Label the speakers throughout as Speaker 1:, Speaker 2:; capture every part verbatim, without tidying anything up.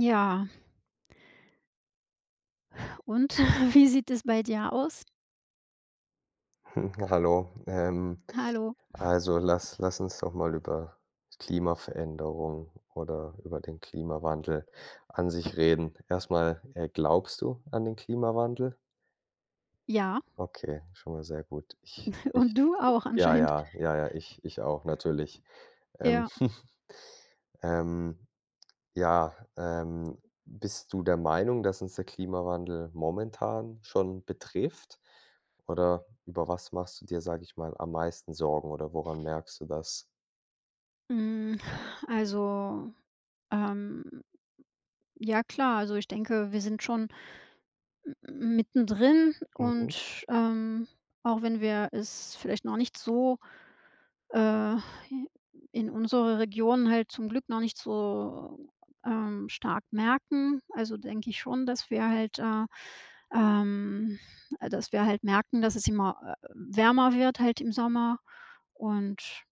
Speaker 1: Ja, und wie sieht es bei dir aus?
Speaker 2: Hallo. Ähm,
Speaker 1: Hallo?
Speaker 2: also lass lass uns doch mal über Klimaveränderung oder über den Klimawandel an sich reden. Erstmal, äh, glaubst du an den Klimawandel?
Speaker 1: Ja,
Speaker 2: Okay, schon mal sehr gut. Ich ich
Speaker 1: und du auch
Speaker 2: ja,
Speaker 1: anscheinend.
Speaker 2: ja, ja, ja, ich ich auch, natürlich. Ähm,
Speaker 1: Ja,
Speaker 2: ähm, ja, ähm, bist du der Meinung, dass uns der Klimawandel momentan schon betrifft? Oder über was machst du dir, sage ich mal, am meisten Sorgen oder woran merkst du das?
Speaker 1: hm, also, ähm, ja klar, also ich denke, wir sind schon m mittendrin
Speaker 2: Mhm,
Speaker 1: und, ähm, auch wenn wir es vielleicht noch nicht so Äh, in unserer Region halt zum Glück noch nicht so, ähm, stark merken. Also, denke ich schon, dass wir halt, äh, ähm äh, dass wir halt merken, dass es immer, äh, wärmer wird halt im Sommer und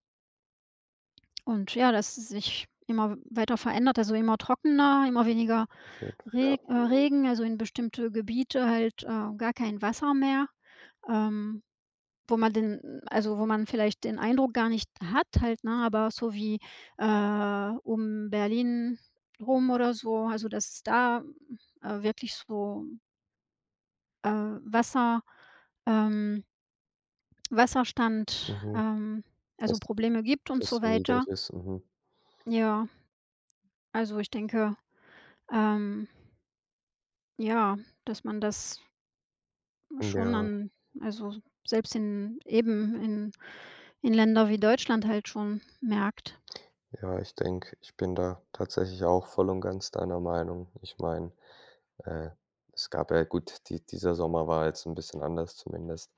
Speaker 1: und ja, dass es sich immer weiter verändert, also, immer trockener, immer weniger
Speaker 2: auf jeden F ja,
Speaker 1: Reg äh,
Speaker 2: mhm,
Speaker 1: Regen, also, in bestimmte Gebiete halt, äh, gar kein Wasser mehr. Ähm wo man den also, Wo man vielleicht den Eindruck gar nicht hat halt, ne, aber so wie, äh, um Berlin rum oder so, also, dass es da, äh, wirklich so, äh, Wasser ähm, Wasserstand,
Speaker 2: mhm,
Speaker 1: ähm, also,
Speaker 2: dass
Speaker 1: Probleme gibt und
Speaker 2: das
Speaker 1: so
Speaker 2: so niedrig
Speaker 1: weiter.
Speaker 2: ist, mhm.
Speaker 1: Ja, also, ich denke, ähm, ja, dass man das schon
Speaker 2: Ja,
Speaker 1: an also, selbst in eben in in Länder wie Deutschland halt schon merkt.
Speaker 2: ja, ich denke, ich bin da tatsächlich auch voll und ganz deiner Meinung. Ich meine, äh, es gab ja gut, die dieser Sommer war jetzt ein bisschen anders, zumindest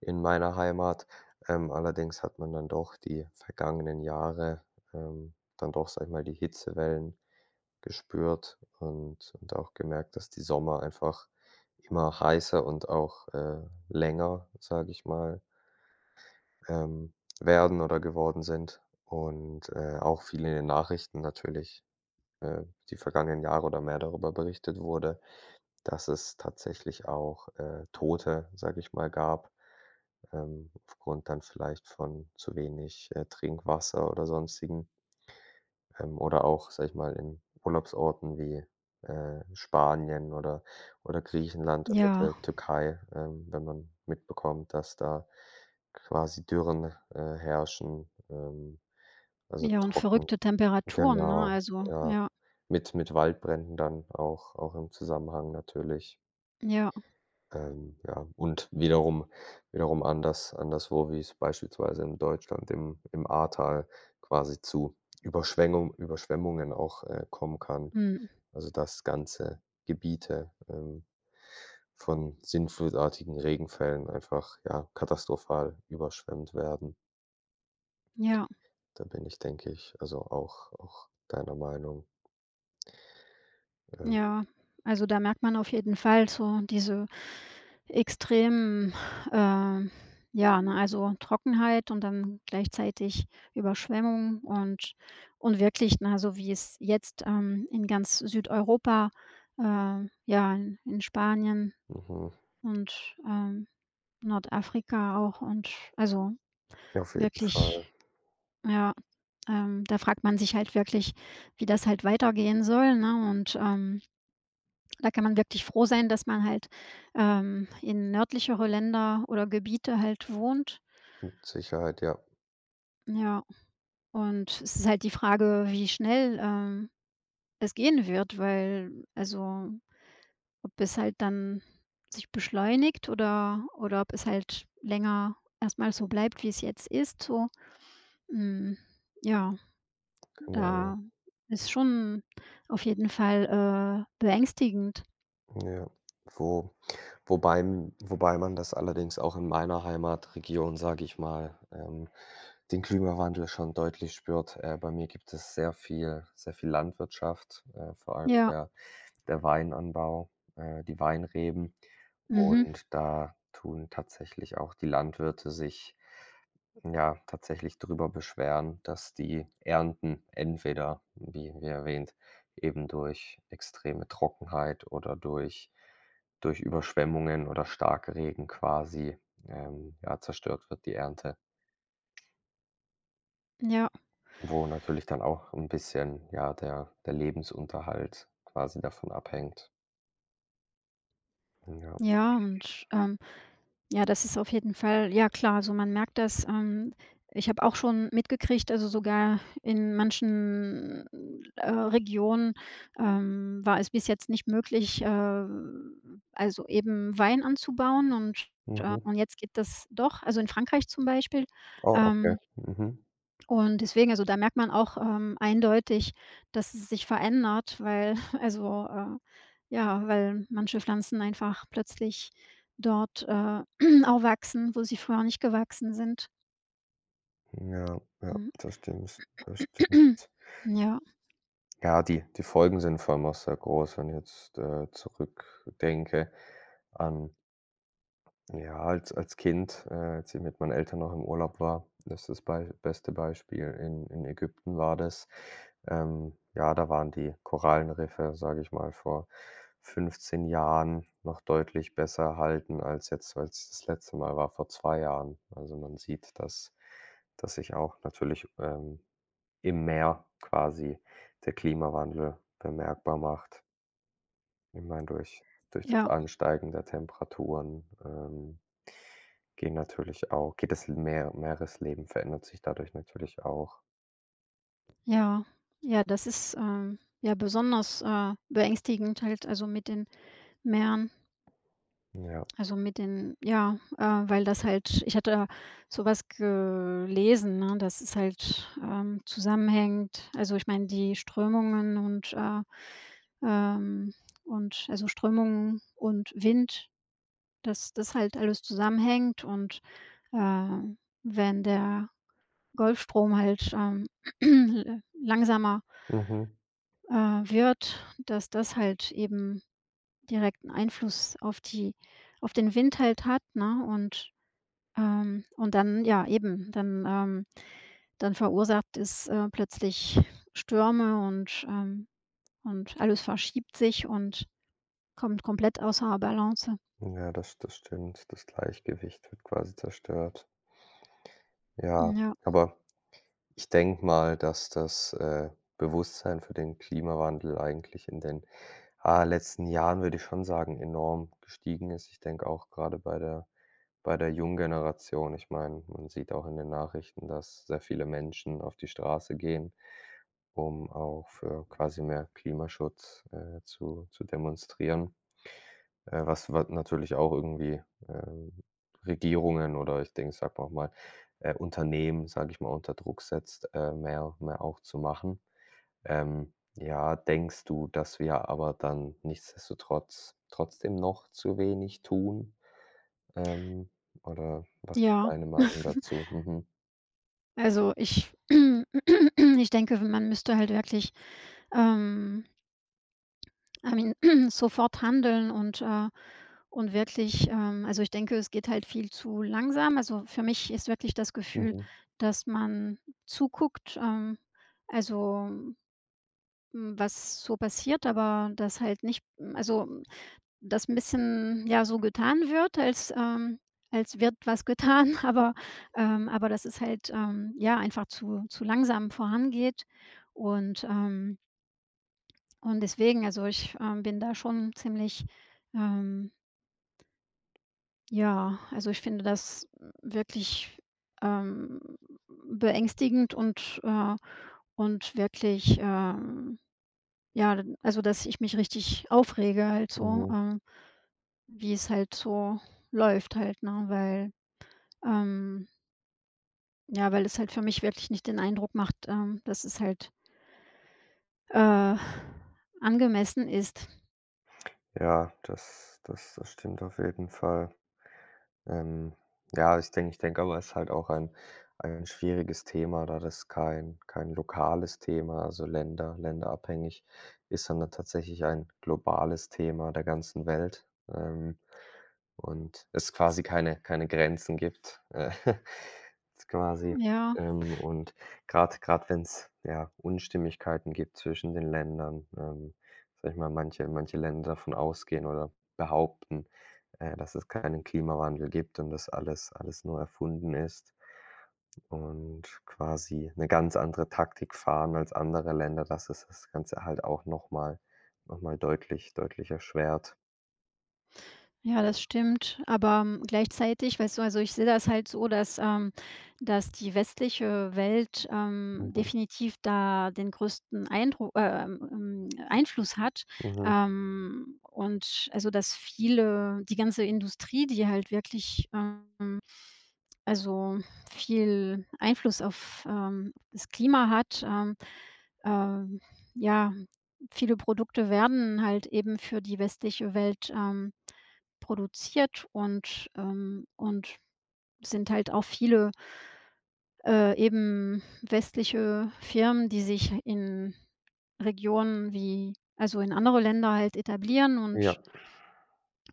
Speaker 2: in meiner Heimat. Ähm, allerdings hat man dann doch die vergangenen Jahre, ähm, dann doch, sage ich mal, die Hitzewellen gespürt und und auch gemerkt, dass die Sommer einfach immer heißer und auch, äh, länger, sage ich mal, ähm, werden oder geworden sind und, äh, auch viel in den Nachrichten natürlich, äh, die vergangenen Jahre oder mehr darüber berichtet wurde, dass es tatsächlich auch, äh, Tote, sage ich mal, gab, ähm, aufgrund dann vielleicht von zu wenig, äh, Trinkwasser oder sonstigen. Ähm, oder auch, sage ich mal, in Urlaubsorten wie, äh, Spanien oder oder Griechenland oder
Speaker 1: Ja.
Speaker 2: der Türkei, ähm, wenn man mitbekommt, dass da quasi Dürren, äh, herrschen, ähm, also
Speaker 1: Ja, und
Speaker 2: trocken.
Speaker 1: verrückte Temperaturen, ne?
Speaker 2: Genau,
Speaker 1: Also,
Speaker 2: ja.
Speaker 1: ja,
Speaker 2: Mit mit Waldbränden dann auch auch im Zusammenhang natürlich.
Speaker 1: ja,
Speaker 2: Ähm, ja, und wiederum wiederum anders anderswo, wie es beispielsweise in Deutschland im im Ahrtal quasi zu Überschwengung Überschwemmungen auch, äh, kommen kann.
Speaker 1: mhm,
Speaker 2: Also, dass ganze Gebiete, ähm, von sinnflutartigen Regenfällen einfach, ja, katastrophal überschwemmt werden.
Speaker 1: ja,
Speaker 2: Da bin ich, denke ich, also auch auch deiner Meinung. Ähm,
Speaker 1: ja. Also, da merkt man auf jeden Fall so diese extremen, ähm ja, ne, also Trockenheit und dann gleichzeitig Überschwemmung und und wirklich, ne, so wie es jetzt, ähm, in ganz Südeuropa, äh, ja, in in Spanien
Speaker 2: mhm,
Speaker 1: und, ähm, Nordafrika auch und also
Speaker 2: auf jeden Fall,
Speaker 1: wirklich. Ja, ähm, da fragt man sich halt wirklich, wie das halt weitergehen soll, ne? Und, ähm, da kann man wirklich froh sein, dass man halt, ähm, in nördlichere Länder oder Gebiete halt wohnt.
Speaker 2: mit Sicherheit, ja,
Speaker 1: Ja, und es ist halt die Frage, wie schnell, ähm, es gehen wird, weil also, ob es halt dann sich beschleunigt oder oder ob es halt länger erstmal so bleibt, wie es jetzt ist, so. Hm, ja.
Speaker 2: genau.
Speaker 1: Da ist schon auf jeden Fall, äh, beängstigend.
Speaker 2: Ja, wo wobei m wobei man das allerdings auch in meiner Heimatregion, sage ich mal, ähm, den Klimawandel schon deutlich spürt. Äh, bei mir gibt es sehr viel sehr viel Landwirtschaft, äh, vor allem
Speaker 1: Ja,
Speaker 2: der der Weinanbau, äh, die Weinreben
Speaker 1: mhm,
Speaker 2: und da tun tatsächlich auch die Landwirte sich ja, tatsächlich darüber beschweren, dass die Ernten entweder, wie wie erwähnt, eben durch extreme Trockenheit oder durch durch Überschwemmungen oder Starkregen quasi, ähm, ja, zerstört wird, die Ernte.
Speaker 1: ja,
Speaker 2: Wo natürlich dann auch ein bisschen, ja, der der Lebensunterhalt quasi davon abhängt. Ja.
Speaker 1: ja und, ähm, ja, das ist auf jeden Fall ja klar. So man merkt das, ähm ich habe auch schon mitgekriegt, also sogar in manchen, äh, Regionen, ähm, war es bis jetzt nicht möglich, äh, also eben Wein anzubauen und, äh
Speaker 2: Mhm.
Speaker 1: und jetzt geht das doch. Also in Frankreich zum Beispiel,
Speaker 2: Oh, okay.
Speaker 1: ähm
Speaker 2: Mhm.
Speaker 1: und deswegen, also, da merkt man auch, ähm, eindeutig, dass es sich verändert, weil also, äh, ja, weil manche Pflanzen einfach plötzlich dort, äh, auch wachsen, wo sie früher nicht gewachsen sind.
Speaker 2: Ja, ja,
Speaker 1: Mhm.
Speaker 2: das stimmt, das stimmt.
Speaker 1: Ja,
Speaker 2: Ja, die die Folgen sind vor allem auch sehr groß, wenn ich jetzt, äh, zurückdenke an ja, als als Kind, äh, als ich mit meinen Eltern noch im Urlaub war, das ist das bei beste Beispiel in in Ägypten war das. Ähm, ja, da waren die Korallenriffe, sage ich mal, vor fünfzehn Jahren noch deutlich besser erhalten als jetzt als ich das letzte Mal war, vor zwei Jahren. Also, man sieht, dass dass sich auch natürlich, ähm, im Meer quasi der Klimawandel bemerkbar macht. Ich meine, durch durch das
Speaker 1: ja,
Speaker 2: Ansteigen der Temperaturen, ähm, gehen natürlich auch geht das Meer Meeresleben verändert sich dadurch natürlich auch.
Speaker 1: ja. Ja, das ist, ähm, ja, besonders, äh, beängstigend halt, also, mit den Meeren.
Speaker 2: Ja.
Speaker 1: Also, mit den, ja, äh, weil das halt, ich hatte sowas gelesen, ne, dass es halt, ähm, zusammenhängt. Also, ich meine, die Strömungen und, äh, ähm und also, Strömungen und Wind, dass das halt alles zusammenhängt und, äh, wenn der Golfstrom halt, ähm, langsamer,
Speaker 2: Mhm.
Speaker 1: äh, wird, dass das halt eben direkten Einfluss auf die auf den Wind halt hat, ne? Und, Ähm, und dann ja, eben, dann, ähm, dann verursacht es, äh, plötzlich Stürme und, ähm, und alles verschiebt sich und kommt komplett außer Balance.
Speaker 2: Ja, das das stimmt. Das Gleichgewicht wird quasi zerstört. Ja,
Speaker 1: Hm. Ja,
Speaker 2: aber ich denke mal, dass das, äh, Bewusstsein für den Klimawandel eigentlich in den, ah, letzten Jahren, würde ich schon sagen, enorm gestiegen ist. Ich denke auch gerade bei der bei der jungen Generation. Ich meine, man sieht auch in den Nachrichten, dass sehr viele Menschen auf die Straße gehen, um auch für quasi mehr Klimaschutz, äh, zu zu demonstrieren, äh, was wa natürlich auch irgendwie, ähm, Regierungen oder ich denke, sag wir mal, äh, Unternehmen, sage ich mal, unter Druck setzt, äh, mehr mehr auch zu machen. Ähm, ja, denkst du, dass wir aber dann nichtsdestotrotz trotzdem noch zu wenig tun? Ähm, oder was ist
Speaker 1: ja.
Speaker 2: deine Meinung dazu? Mhm.
Speaker 1: Also, ich ich denke, man müsste halt wirklich, ähm, I mean, sofort handeln und, äh und wirklich, ähm also, ich denke, es geht halt viel zu langsam. Also, für mich ist wirklich das Gefühl,
Speaker 2: Mhm.
Speaker 1: dass man zuguckt, ähm, also Hm, was so passiert, aber das halt nicht, m, also, m, das 'n bisschen, ja, so getan wird, als, ähm als wird was getan, aber, ähm, aber dass es halt, ähm, ja, einfach zu zu langsam vorangeht und, ähm und deswegen, also, ich, ähm, bin da schon ziemlich, ähm ja, also, ich finde das wirklich, ähm, beängstigend und, äh und wirklich, ähm ja, dann also, dass ich mich richtig aufrege halt so,
Speaker 2: Mhm.
Speaker 1: ähm, wie es halt so läuft halt, ne? Weil, ähm ja, weil es halt für mich wirklich nicht den Eindruck macht, ähm, dass es halt, äh, angemessen ist.
Speaker 2: Ja, das das das stimmt auf jeden Fall. Ähm, ja, ich denke ich denke aber, es ist halt auch ein ein schwieriges Thema, da das kein kein lokales Thema, also länder länderabhängig ist, sondern tatsächlich ein globales Thema der ganzen Welt, ähm, und es quasi keine keine Grenzen gibt, äh, jetzt quasi.
Speaker 1: Ja.
Speaker 2: Ähm, und gerade gerade wenn es ja, Unstimmigkeiten gibt zwischen den Ländern, ähm, sage ich mal, manche manche Länder davon ausgehen oder behaupten äh, dass es keinen Klimawandel gibt und dass alles alles nur erfunden ist und quasi eine ganz andere Taktik fahren als andere Länder, dass es das Ganze halt auch noch mal noch mal deutlich deutlich erschwert.
Speaker 1: Ja, das stimmt. Aber, hm, gleichzeitig, weißt du, also ich sehe das halt so, dass, ähm dass die westliche Welt, ähm,
Speaker 2: Mhm,
Speaker 1: definitiv da den größten Eindru äh, ähm, ähm, Einfluss hat.
Speaker 2: mhm.
Speaker 1: Ähm, und also, dass viele die ganze Industrie, die halt wirklich, ähm also, viel Einfluss auf, ähm, das Klima hat. Ähm, ähm, ja, viele Produkte werden halt eben für die westliche Welt, ähm, produziert und, ähm, und sind halt auch viele, äh, eben westliche Firmen, die sich in Regionen wie also, in andere Länder halt etablieren und
Speaker 2: Ja,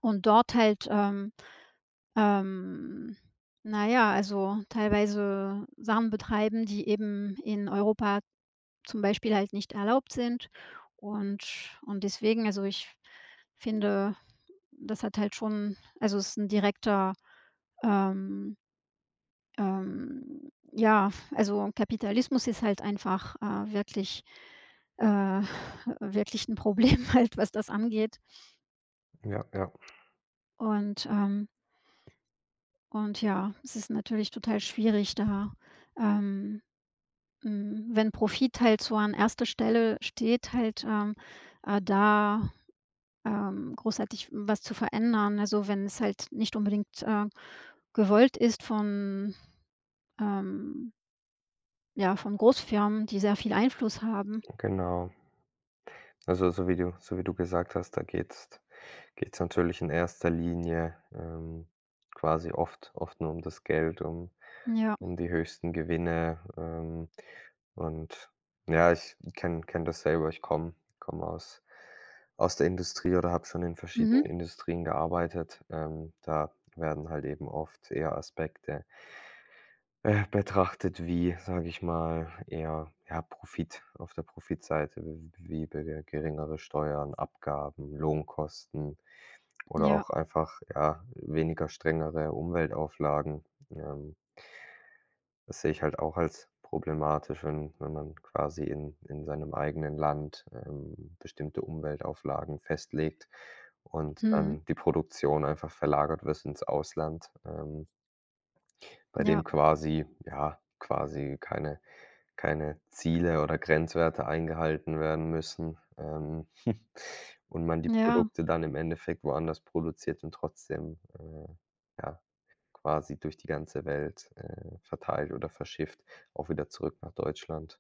Speaker 1: und dort halt, ähm ähm, na ja, also teilweise Sachen betreiben, die eben in Europa zum Beispiel halt nicht erlaubt sind. Und und deswegen, also ich finde, das hat halt schon, also es ist ein direkter, ähm, ähm ja, also Kapitalismus ist halt einfach, äh, wirklich, äh wirklich ein Problem halt, was das angeht.
Speaker 2: ja, ja,
Speaker 1: Und, ähm Und ja, es ist natürlich total schwierig da, ähm, hm, wenn Profit halt so an erster. Stelle steht, halt, ähm, äh, da, ähm, großartig was zu verändern. Also, wenn es halt nicht unbedingt, äh, gewollt ist von, ähm ja, von Großfirmen, die sehr viel Einfluss haben.
Speaker 2: genau. Also, so wie du so wie du gesagt hast, da geht's geht's natürlich in erster Linie, ähm, quasi oft oft nur um das Geld, um
Speaker 1: Ja.
Speaker 2: um die höchsten Gewinne. Ähm, und ja, ich kenne kenne das selber. Ich komme komme aus aus der Industrie oder habe schon in
Speaker 1: Mhm.
Speaker 2: verschiedenen Industrien gearbeitet. Ähm, da werden halt eben oft eher Aspekte, äh, betrachtet wie, sage ich mal, eher, ja, Profit auf der Profitseite, w wie be geringere Steuern, Abgaben, Lohnkosten oder
Speaker 1: Ja.
Speaker 2: auch einfach, ja, weniger strengere Umweltauflagen. Ähm, das sehe ich halt auch als problematisch, wenn wenn man quasi in in seinem eigenen Land, ähm, bestimmte Umweltauflagen festlegt und
Speaker 1: Mhm.
Speaker 2: dann die Produktion einfach verlagert wird ins Ausland, ähm, bei
Speaker 1: Ja.
Speaker 2: dem quasi ja, quasi keine keine Ziele oder Grenzwerte eingehalten werden müssen, ähm, und man die
Speaker 1: Ja.
Speaker 2: Produkte dann im Endeffekt woanders produziert und trotzdem, äh, ja quasi durch die ganze Welt, äh, verteilt oder verschifft, auch wieder zurück nach Deutschland.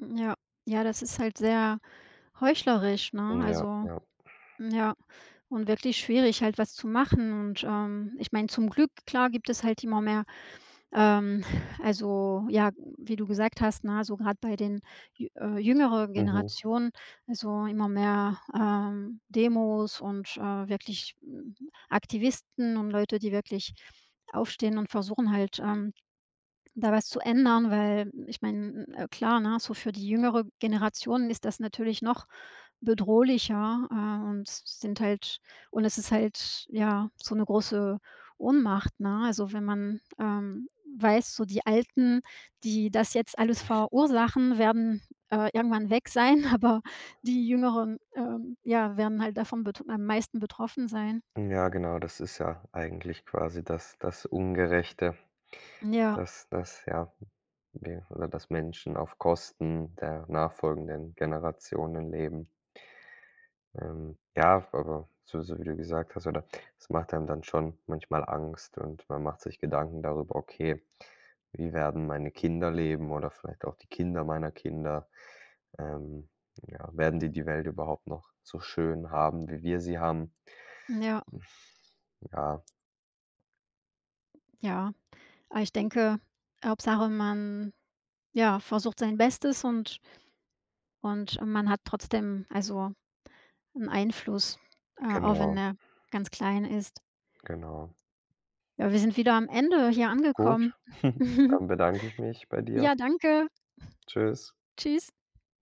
Speaker 1: Ja. Ja, das ist halt sehr heuchlerisch, ne?
Speaker 2: Ja,
Speaker 1: Also
Speaker 2: ja.
Speaker 1: ja, und wirklich schwierig, halt was zu machen. Und, ähm, ich meine, zum Glück, klar, gibt es halt immer mehr, ähm, also ja, wie du gesagt hast, na, so gerade bei den jü- äh, jüngeren
Speaker 2: Mhm.
Speaker 1: Generationen, also immer mehr, ähm, Demos und, äh, wirklich, mm, Aktivisten und Leute, die wirklich aufstehen und versuchen halt, ähm, da was zu ändern, weil ich meine, äh, klar, ne, so für die jüngere Generation ist das natürlich noch bedrohlicher, äh, und sind halt und es ist halt, ja, so eine große Ohnmacht, ne? Also, wenn man, ähm, weiß, so die Alten, die das jetzt alles verursachen, werden, äh, irgendwann weg sein, aber die Jüngeren, ähm, ja, werden halt davon bet am meisten betroffen sein.
Speaker 2: Ja, genau, das ist ja eigentlich quasi das das Ungerechte,
Speaker 1: Ja,
Speaker 2: dass dass, ja, wir oder dass Menschen auf Kosten der nachfolgenden Generationen leben. Ähm, ja, aber so so wie du gesagt hast, oder es macht einem dann schon manchmal Angst und man macht sich Gedanken darüber: „Okay, wie werden meine Kinder leben oder vielleicht auch die Kinder meiner Kinder?" Ähm, ja, werden die die Welt überhaupt noch so schön haben, wie wir sie haben?
Speaker 1: ja,
Speaker 2: Ja,
Speaker 1: ja. Aber ich denke, Hauptsache man, ja, versucht sein Bestes und und man hat trotzdem, also, einen Einfluss, äh, auch wenn
Speaker 2: genau,
Speaker 1: er ganz klein ist.
Speaker 2: genau.
Speaker 1: Ja, wir sind wieder am Ende hier angekommen.
Speaker 2: Gut, dann bedanke ich mich bei dir.
Speaker 1: Ja, danke.
Speaker 2: Tschüss.
Speaker 1: Tschüss.